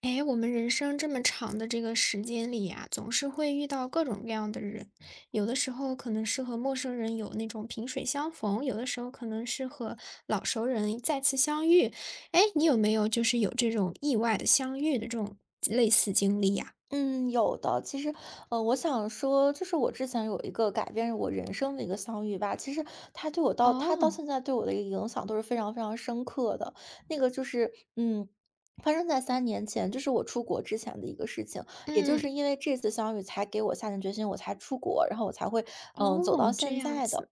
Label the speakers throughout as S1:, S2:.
S1: 哎，我们人生这么长的这个时间里呀，总是会遇到各种各样的人。有的时候可能是和陌生人有那种萍水相逢，有的时候可能是和老熟人再次相遇。哎，你有没有就是有这种意外的相遇的这种类似经历呀？
S2: 嗯，有的。其实，我想说，就是我之前有一个改变我人生的一个相遇吧。其实他到
S1: 哦，
S2: 现在对我的一个影响都是非常非常深刻的。那个就是，发生在3年前，就是我出国之前的一个事情。也就
S1: 嗯，
S2: 是因为这次相遇，才给我下定决心，我才出国，然后我才会，走到
S1: 哦，这
S2: 现
S1: 样
S2: 在的。
S1: 子。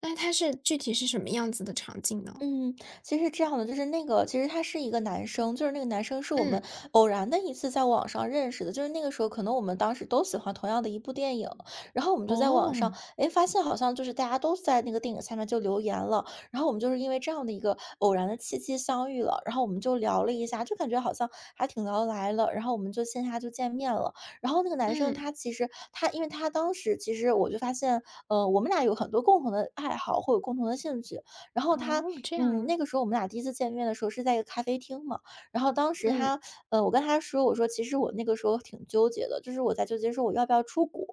S1: 那它是具体是什么样子的场景呢？
S2: 嗯，其实是这样的，就是那个，其实他是一个男生，就是那个男生是我们
S1: 嗯，
S2: 偶然的一次在网上认识的，就是那个时候可能我们当时都喜欢同样的一部电影，然后我们就在网上，
S1: 哦，
S2: 哎，发现好像就是大家都在那个电影下面就留言了，然后我们就是因为这样的一个偶然的契机相遇了，然后我们就聊了一下，就感觉好像还挺聊得来了，然后我们就线下就见面了。然后那个男生
S1: 嗯，
S2: 他其实他，因为他当时其实我就发现，我们俩有很多共同的爱好或者共同的兴趣。然后他，
S1: 哦，这样
S2: 嗯，那
S1: 啊，
S2: 个时候我们俩第一次见面的时候是在一个咖啡厅嘛。然后当时
S1: 嗯，
S2: 他，呃，我跟他说，我说其实我那个时候挺纠结的，就是我在纠结说我要不要出国，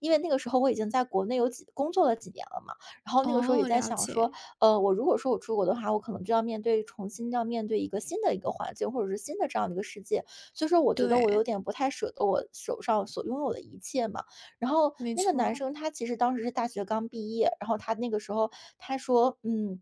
S2: 因为那个时候我已经在国内工作了几年了嘛。然后那个时候也
S1: 哦，
S2: 在
S1: 了
S2: 想说，
S1: 解，
S2: 我如果说我出国的话，我可能就要重新要面对一个新的一个环境，或者是新的这样的一个世界，所以说我觉得我有
S1: 对，
S2: 点不太舍得我手上所拥有的一切嘛。然后
S1: 没
S2: 那个男
S1: 错。
S2: 生他其实当时是大学刚毕业，然后他那个时候他说，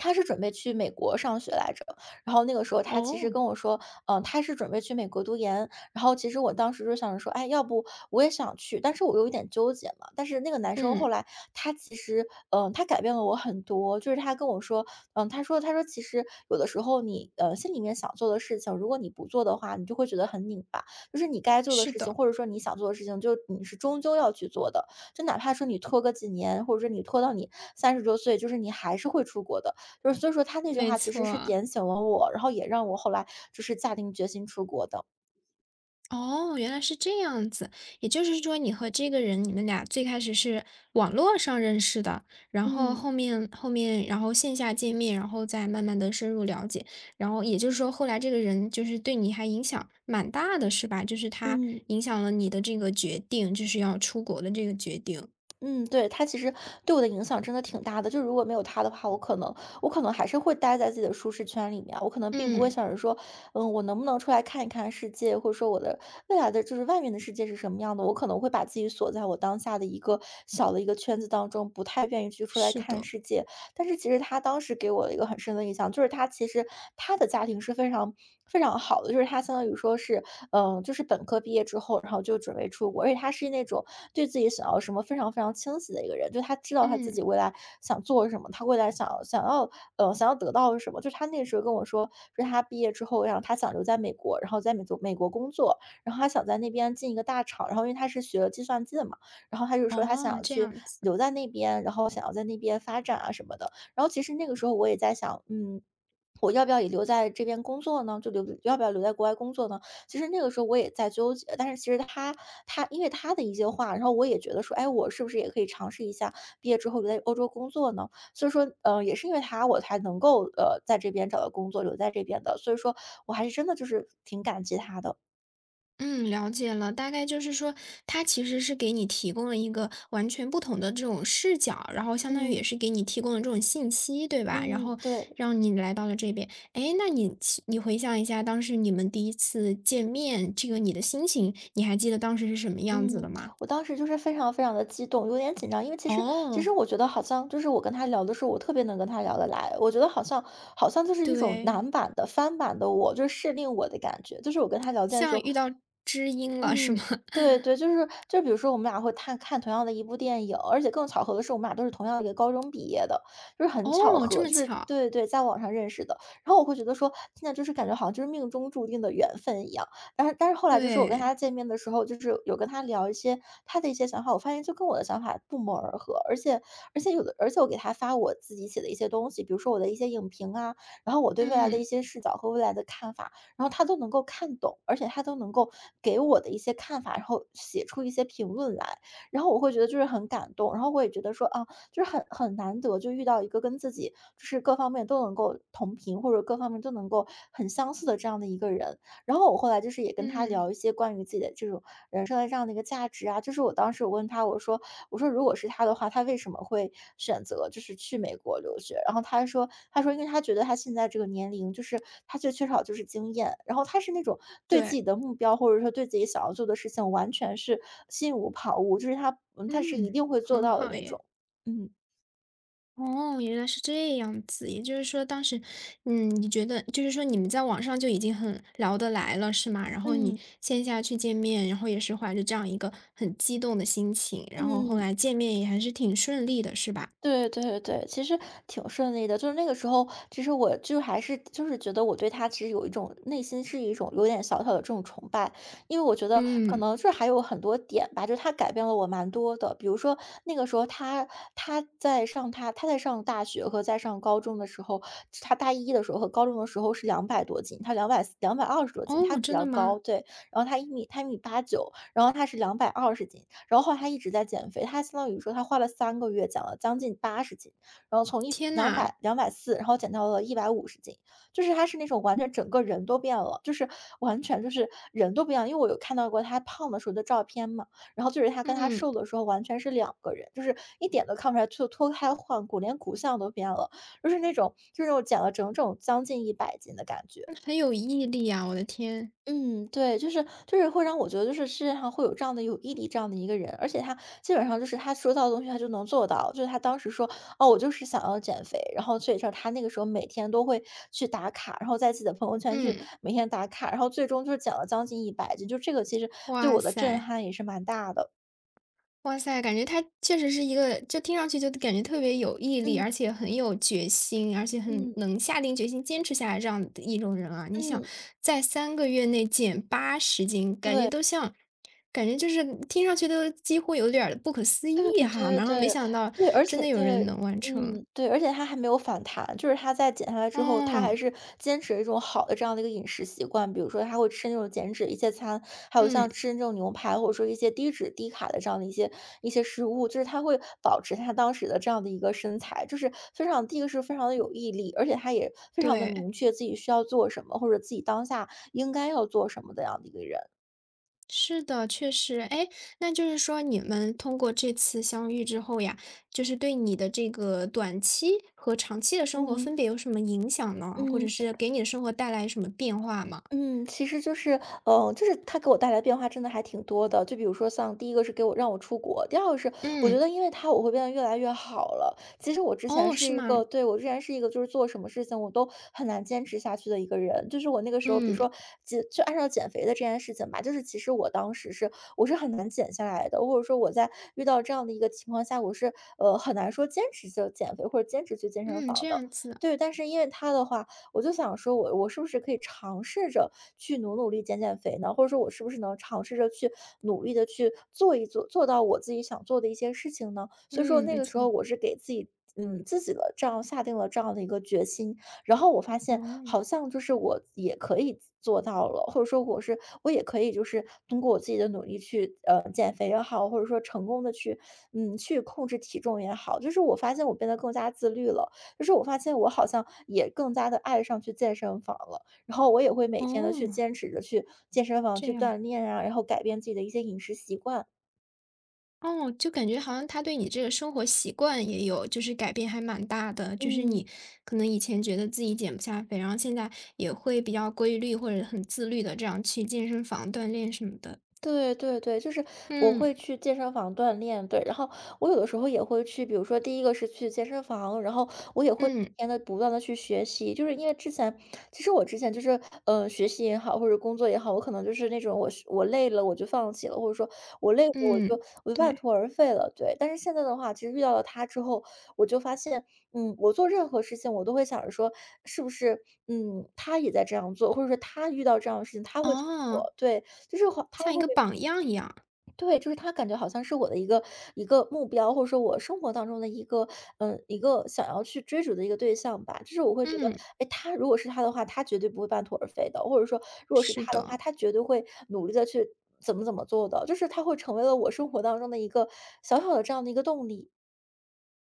S2: 他是准备去美国上学来着。然后那个时候他其实跟
S1: 哦。
S2: 我说，他是准备去美国读研。然后其实我当时就想着说，哎，要不我也想去，但是我有一点纠结嘛。但是那个男生后
S1: 嗯，
S2: 来他其实，他改变了我很多，就是他跟我说，他说其实有的时候你心里面想做的事情，如果你不做的话，你就会觉得很拧巴，就是你该做的
S1: 是
S2: 事情，
S1: 的，
S2: 或者说你想做的事情，就你是终究要去做的，就哪怕说你拖个几年，或者说你拖到你30多岁，就是你还是会出国的。就是所以说他那句
S1: 没
S2: 话其实
S1: 错
S2: 是
S1: 啊。
S2: 点醒了我，然后也让我后来就是下定决心出国的。
S1: 哦，原来是这样子。也就是说你和这个人，你们俩最开始是网络上认识的，然后
S2: 嗯
S1: 后面然后线下见面，然后再慢慢的深入了解。然后也就是说后来这个人就是对你还影响蛮大的是吧？就是他
S2: 嗯
S1: 影响了你的这个决定，就是要出国的这个决定。
S2: 嗯，对，他其实对我的影响真的挺大的。就如果没有他的话，我可能还是会待在自己的舒适圈里面啊，我可能并不
S1: 嗯，
S2: 会想着说，我能不能出来看一看世界，或者说我的未来的就是外面的世界是什么样的。我可能会把自己锁在我当下的一个小的一个圈子当中，不太愿意去出来
S1: 是
S2: 看
S1: 的，
S2: 世界。但是其实他当时给我了一个很深的印象，就是他其实他的家庭是非常非常好的，就是他相当于说是，就是本科毕业之后，然后就准备出国，而且他是那种对自己想要什么非常非常清晰的一个人，就他知道他自己
S1: 嗯，
S2: 未来想做什么，他未来想要得到什么。就他那时候跟我说，说他毕业之后，然后他想留在美国，然后在美国工作，然后他想在那边进一个大厂，然后因为他是学计算机的嘛。然后他就说他想
S1: 哦，
S2: 要
S1: 这
S2: 去
S1: 样子。
S2: 留在那边，然后想要在那边发展啊什么的。然后其实那个时候我也在想，我要不要也留在这边工作呢？就留要不要留在国外工作呢？其实那个时候我也在纠结，但是其实他因为他的一些话，然后我也觉得说，哎，我是不是也可以尝试一下毕业之后留在欧洲工作呢？所以说，也是因为他我才能够在这边找到工作，留在这边的。所以说我还是真的就是挺感激他的。
S1: 嗯，了解了。大概就是说，它其实是给你提供了一个完全不同的这种视角，然后相当于也
S2: 嗯
S1: 是给你提供了这种信息，对吧？然
S2: 嗯，
S1: 后
S2: 对。
S1: 让你来到了这边。哎，那你回想一下，当时你们第一次见面，这个你的心情，你还记得当时是什么样子的
S2: 嗯，
S1: 吗？
S2: 我当时就是非常非常的激动，有点紧张，因为其实其实
S1: 哦，
S2: 我觉得好像就是我跟他聊的时候，我特别能跟他聊得来，我觉得好像好像就是一种
S1: 对，
S2: 男版的、翻版的我，就是适应我的感觉，就是我跟他聊天的时
S1: 像
S2: 候
S1: 遇到知音了，是吗？
S2: 嗯，对 对，就是就比如说我们俩会看看同样的一部电影，而且更巧合的是，我们俩都是同样一个高中毕业的，就是很巧
S1: 哦，这
S2: 合，
S1: 么
S2: 就是
S1: 巧。
S2: 对对，在网上认识的。然后我会觉得说，现在就是感觉好像就是命中注定的缘分一样。但是后来就是我跟他
S1: 对，
S2: 见面的时候，就是有跟他聊一些他的一些想法，我发现就跟我的想法不谋而合，而且我给他发我自己写的一些东西，比如说我的一些影评啊，然后我对未来的一
S1: 嗯，
S2: 些视角和未来的看法。然后他都能够看懂，而且他都能够给我的一些看法，然后写出一些评论来，然后我会觉得就是很感动，然后我也觉得说啊，就是很难得就遇到一个跟自己就是各方面都能够同频，或者各方面都能够很相似的这样的一个人。然后我后来就是也跟他
S1: 嗯，
S2: 聊一些关于自己的这种人生的这样的一个价值啊，就是我当时我问他，我说如果是他的话，他为什么会选择就是去美国留学？然后他说因为他觉得他现在这个年龄，就是他最缺少就是经验，然后他是那种对自
S1: 对，
S2: 己的目标或者说对自己想要做的事情完全是心无旁骛，就是他是一
S1: 嗯，
S2: 定会做
S1: 很
S2: 到的
S1: 好
S2: 那
S1: 耶。
S2: 种。嗯
S1: 哦，原来是这样子，也就是说当时，嗯，你觉得就是说你们在网上就已经很聊得来了，是吗？然后你
S2: 嗯
S1: 线下去见面，然后也是怀着这样一个很激动的心情，然后后
S2: 嗯。
S1: 来见面也还是挺顺利的，是吧？
S2: 对对对，其实挺顺利的。就是那个时候，其实我就还是就是觉得我对他其实有一种内心是一种有点小小的这种崇拜，因为我觉得可
S1: 嗯，
S2: 能这还有很多点吧，就是他改变了我蛮多的。比如说那个时候他在上大学和在上高中的时候，他大一的时候和高中的时候是200多斤，他两百二十多斤，他
S1: 哦，
S2: 比
S1: 真
S2: 较
S1: 的
S2: 高，
S1: 吗？
S2: 对，然后他一米八九，然后他是220斤，然后后来他一直在减肥，他相当于说他花了3个月减了将近80斤，然后从一
S1: 天
S2: 两
S1: 呐，
S2: 百两百四，然后减到了150斤，就是他是那种完全整个人都变了，就是完全就是人都不一样。因为我有看到过他胖的时候的照片嘛，然后就是他跟他
S1: 嗯，
S2: 瘦的时候完全是两个人，就是一点都看不出来就脱胎换骨，连骨相都变了，就是那种减了整整将近100斤的感觉。
S1: 那很有毅力啊，我的天，
S2: 嗯，对，就是会让我觉得，就是世界上会有这样的有毅力这样的一个人，而且他基本上就是他说到的东西，他就能做到。就是他当时说，哦，我就是想要减肥，然后所以说他那个时候每天都会去打卡，然后在自己的朋友圈去
S1: 嗯，
S2: 每天打卡，然后最终就是减了将近100斤，就这个其实对
S1: 哇
S2: 我的震
S1: 塞。
S2: 撼也是蛮大的。
S1: 哇塞，感觉他确实是一个，就听上去就感觉特别有毅力，
S2: 嗯
S1: 而且很有决心，而且很
S2: 嗯
S1: 能下定决心坚持下来这样的一种人啊。你想
S2: 嗯，
S1: 在3个月内减80斤，感觉
S2: 对。
S1: 都像，感觉就是听上去都几乎有点儿不可思
S2: 对
S1: 议哈。
S2: 对
S1: 然后没
S2: 对，
S1: 想到
S2: 对，而
S1: 真
S2: 且
S1: 的有
S2: 对，
S1: 人能完成，
S2: 嗯，对，而且他还没有反弹，就是他在减下来之后，他还
S1: 哦，
S2: 是坚持一种好的这样的一个饮食习惯，比如说他会吃那种减脂一些餐，还有像
S1: 嗯，
S2: 吃那种牛排，或者说一些低脂低卡的这样的一些食物，就是他会保持他当时的这样的一个身材，就是非常第一个是非常的有毅力，而且他也非常的
S1: 对。
S2: 明确自己需要做什么，或者自己当下应该要做什么的样的一个人。
S1: 是的，确实。哎，那就是说你们通过这次相遇之后呀，就是对你的这个短期和长期的生活
S2: 嗯
S1: 分别有什么影响呢？或者
S2: 嗯。
S1: 是给你的生活带来什么变化吗？
S2: 嗯，其实就是，嗯，就是他给我带来的变化真的还挺多的。就比如说像第一个是给我让我出国，第二个是我觉
S1: 嗯，
S2: 得因为他我会变得越来越好了。其实我之前
S1: 哦，
S2: 是
S1: 是
S2: 一
S1: 吗？
S2: 个，对，我之前是一个就是做什么事情我都很难坚持下去的一个人。就是我那个时候，比如
S1: 嗯，
S2: 说就按照减肥的这件事情吧，就是其实我当时是很难减下来的，或者说我在遇到这样的一个情况下，我是很难说坚持就减肥或者坚持去健身
S1: 嗯，
S2: 房
S1: 这
S2: 的。
S1: 样子，
S2: 对，但是因为他的话，我就想说我是不是可以尝试着去努努力减减肥呢？或者说我是不是能尝试着去努力的去做一做，做到我自己想做的一些事情呢？所以说
S1: 嗯，
S2: 那
S1: 没
S2: 个时候
S1: 错。
S2: 我是给自己自己的这样下定了这样的一个决心，然后我发
S1: 哦，
S2: 现好像就是我也可以做到了，或者说我也可以就是通过我自己的努力去，减肥也好，或者说成功的去去控制体重也好，就是我发现我变得更加自律了。就是我发现我好像也更加的爱上去健身房了，然后我也会每天的
S1: 哦，
S2: 去坚持着去健身房
S1: 这
S2: 去锻
S1: 样。
S2: 炼啊，然后改变自己的一些饮食习惯，
S1: 哦，就感觉好像他对你这个生活习惯也有就是改变还蛮大的，就是
S2: 嗯。
S1: 你可能以前觉得自己减不下肥，然后现在也会比较规律或者很自律的这样去健身房锻炼什么的。
S2: 对对对，就是我
S1: 嗯，
S2: 会去健身房锻炼，对，然后我有的时候也会去，比如说第一个是去健身房，然后我也会每
S1: 嗯，
S2: 天的不断的去学习，就是因为之前，其实我之前就是，学习也好，或者工作也好，我可能就是那种我累了我就放弃了，或者说我累了我就
S1: 嗯，
S2: 我就半
S1: 对，
S2: 途而废了，对。但是现在的话，其实遇到了他之后，我就发现，我做任何事情我都会想着说，是不是，他也在这样做，或者说他遇到这样的事情他会怎么
S1: 哦，
S2: 做，对。就是好他
S1: 像一
S2: 会
S1: 个榜样一样。
S2: 对，就是他感觉好像是我的一个目标，或者说我生活当中的一个想要去追逐的一个对象吧。就是我会觉得，
S1: 嗯，
S2: 哎，他如果是他的话，他绝对不会半途而废的，或者说如果是
S1: 是
S2: 他的话，
S1: 的。
S2: 他绝对会努力的去怎么怎么做的，就是他会成为了我生活当中的一个小小的这样的一个动力。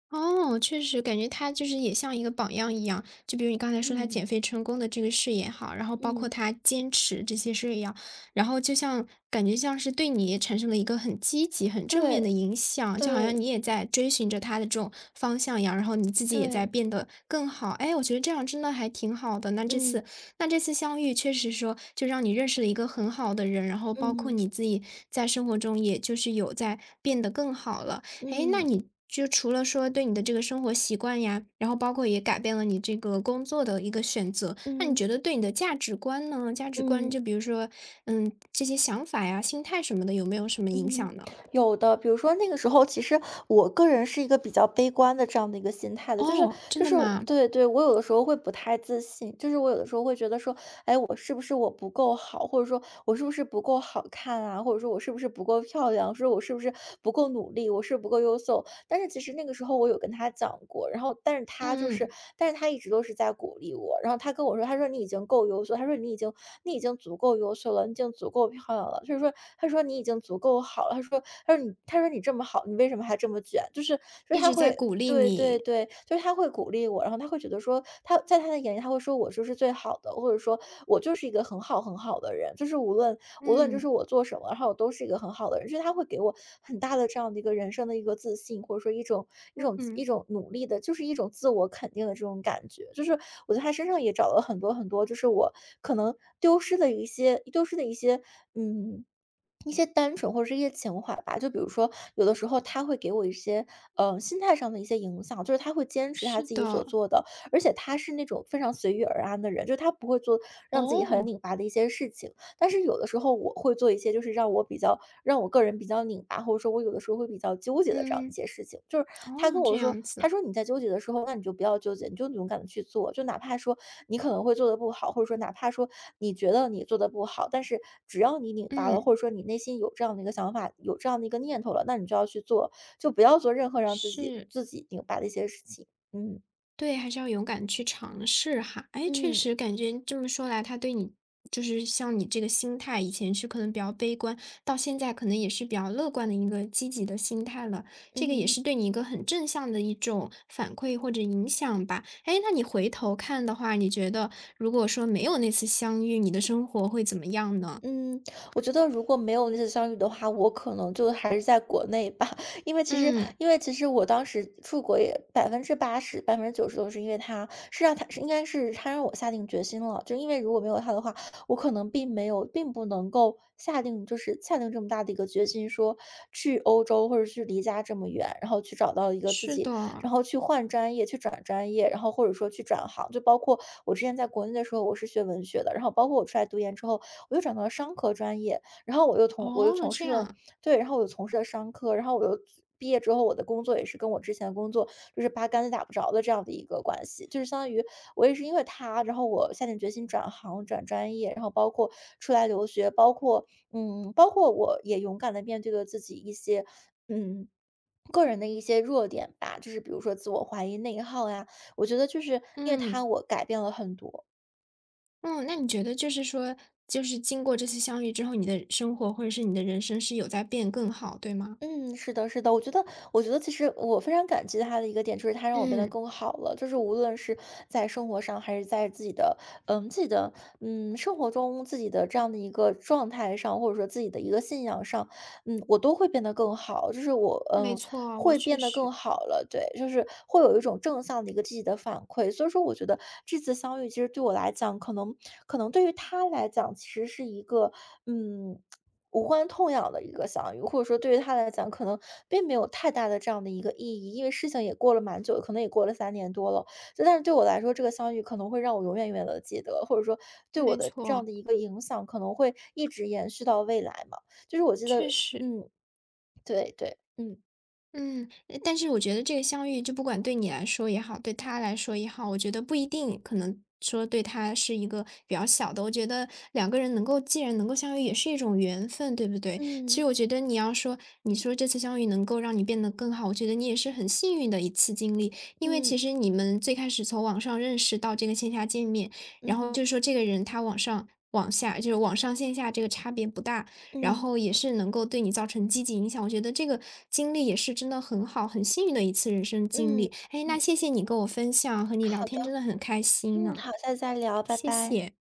S1: 哦，确实感觉他就是也像一个榜样一样，就比如你刚才说他
S2: 嗯
S1: 减肥成功的这个事也好，然后包括
S2: 嗯，
S1: 他坚持这些事也样，然后就像感觉像是对你也产生了一个很积极、很正面的
S2: 对
S1: 影响，就好像
S2: 对
S1: 你也在追寻着他的这种方向一样，然后你自己也在
S2: 对，
S1: 变得更好。哎，我觉得这样真的还挺好的。
S2: 嗯
S1: 那这次相遇确实说就让你认识了一个很好的人，然后包括
S2: 嗯
S1: 你自己在生活中也就是有在变得更好了。诶，那
S2: 嗯
S1: 你就除了说对你的这个生活习惯呀，然后包括也改变了你这个工作的一个选择，那你
S2: 嗯
S1: 觉得对你的价值观呢？价值观
S2: 嗯。
S1: 就比如说，嗯，这些想法呀、心态什么的，有没有什么影
S2: 嗯，
S1: 响呢？
S2: 有的，比如说那个时候，其实我个人是一个比较悲观的这样的一个心态的，就是
S1: 哦，
S2: 就
S1: 真的
S2: 是
S1: 吗？
S2: 对对，我有的时候会不太自信，就是我有的时候会觉得说，哎，我是不是我不够好，或者说我是不是不够好看啊，或者说我是不是不够漂亮，说我是不是不够努力，我是不够优秀，但是其实那个时候我有跟他讲过，然后
S1: 嗯嗯，
S2: 但是他一直都是在鼓励我，然后他跟我说，他说你已经够优秀，他说你已经足够优秀了，你已经足够漂亮了，就是说，他说你已经足够好了，他说你这么好，你为什么还这么卷？就是
S1: 一
S2: 他
S1: 直在
S2: 会。
S1: 鼓励
S2: 对对
S1: 你。
S2: 对，就是他会鼓励我，然后他会觉得说，他在他的眼里，他会说我就是最好的，或者说我就是一个很好很好的人，就是无论就是
S1: 嗯
S2: 我做什么，然后我都是一个很好的人，就是他会给我很大的这样的一个人生的一个自信，或者说一种一种一
S1: 嗯，
S2: 种努力的，就是一种自我肯定的这种感觉。就是我在他身上也找了很多很多，就是我可能丢失的一些丢失的一些嗯一些单纯或者是一些情怀吧，就比如说，有的时候他会给我一些，心态上的一些影响，就是他会坚持他
S1: 是
S2: 自己所
S1: 的。
S2: 做的，而且他是那种非常随遇而安的人，就是他不会做让自己很
S1: 哦，
S2: 拧巴的一些事情。但是有的时候我会做一些就是让我个人比较拧巴，或者说我有的时候会比较纠结的这样一
S1: 嗯，
S2: 些事情，就是他
S1: 哦，
S2: 跟我
S1: 这
S2: 说，
S1: 样
S2: 他
S1: 子，
S2: 说你在纠结的时候，那你就不要纠结，你就勇敢的去做，就哪怕说你可能会做的不好，或者说哪怕说你觉得你做的不好，但是只要你拧巴了，
S1: 嗯，
S2: 或者说你内心有这样的一个想法，有这样的一个念头了，那你就要去做，就不要做任何让自己
S1: 是。
S2: 自己拧巴的一些事情。嗯
S1: 对，还是要勇敢去尝试哈。哎，确
S2: 嗯
S1: 实感觉这么说来，他对你就是像你这个心态，以前是可能比较悲观，到现在可能也是比较乐观的一个积极的心态了。这个也
S2: 嗯
S1: 是对你一个很正向的一种反馈或者影响吧。哎，那你回头看的话，你觉得如果说没有那次相遇，你的生活会怎么样呢？
S2: 嗯，我觉得如果没有那次相遇的话，我可能就还是在国内吧，因为其实
S1: 嗯，
S2: 因为其实我当时出国也80%、90%都是因为他，是让他是应该是他让我下定决心了，就因为如果没有他的话，我可能并没有并不能够下定这么大的一个决心，说去欧洲或者去离家这么远，然后去找到一个自
S1: 是
S2: 己，
S1: 的，
S2: 然后去转专业，然后或者说去转行，就包括我之前在国内的时候，我是学文学的，然后包括我出来读研之后，我又转到了商科专业，然后我又
S1: 哦，
S2: 从
S1: 这
S2: 事了
S1: 样，
S2: 对，然后我又从事了商科，然后我又毕业之后，我的工作也是跟我之前的工作就是八竿子打不着的这样的一个关系，就是相当于我也是因为他，然后我下定决心转行、转专业，然后包括出来留学，包括我也勇敢的面对了自己一些嗯。个人的一些弱点吧，就是比如说自我怀疑、内耗呀，我觉得就是因为他，
S1: 嗯。
S2: 我改变了很多。
S1: 嗯，那你觉得就是说，就是经过这次相遇之后，你的生活或者是你的人生是有在变更好，对吗？
S2: 嗯，是的，是的，我觉得其实我非常感激他的一个点，就是他让我变得
S1: 嗯，
S2: 更好了，就是无论是在生活上，还是在自己的，嗯，自己的，嗯，生活中自己的这样的一个状态上，或者说自己的一个信仰上，我都会变得更好，就是我，
S1: 没错，我
S2: 会
S1: 确
S2: 变得
S1: 实，
S2: 更好了，对，就是会有一种正向的一个积极的反馈，所以说我觉得这次相遇其实对我来讲，可能对于他来讲，其实是一个，嗯。无关痛痒的一个相遇，或者说对于他来讲，可能并没有太大的这样的一个意义，因为事情也过了蛮久，可能也过了3年多了。就但是对我来说，这个相遇可能会让我永远永远的记得，或者说对我
S1: 没
S2: 的这样
S1: 错，
S2: 的一个影响，可能会一直延续到未来嘛。就是我记
S1: 确
S2: 得
S1: 实。
S2: 嗯，对对，嗯，
S1: 嗯，但是我觉得这个相遇，就不管对你来说也好，对他来说也好，我觉得不一定，可能说对他是一个比较小的。我觉得两个人能够既然能够相遇，也是一种缘分，对不对？其
S2: 嗯，
S1: 实我觉得你要说，你说这次相遇能够让你变得更好，我觉得你也是很幸运的一次经历，因为其
S2: 嗯，
S1: 实你们最开始从网上认识到这个线下见面，然后
S2: 嗯，
S1: 就是说这个人他网上。网下就是网上线下这个差别不大，然
S2: 嗯，
S1: 后也是能够对你造成积极影响，我觉得这个经历也是真的很好，很幸运的一次人生经
S2: 嗯，
S1: 历。哎，那
S2: 嗯，
S1: 谢谢你跟我分享，和你聊
S2: 好
S1: 天
S2: 的，
S1: 真的很开心
S2: 嗯，
S1: 呢，
S2: 好，下次再聊，拜
S1: 谢
S2: 拜。
S1: 谢。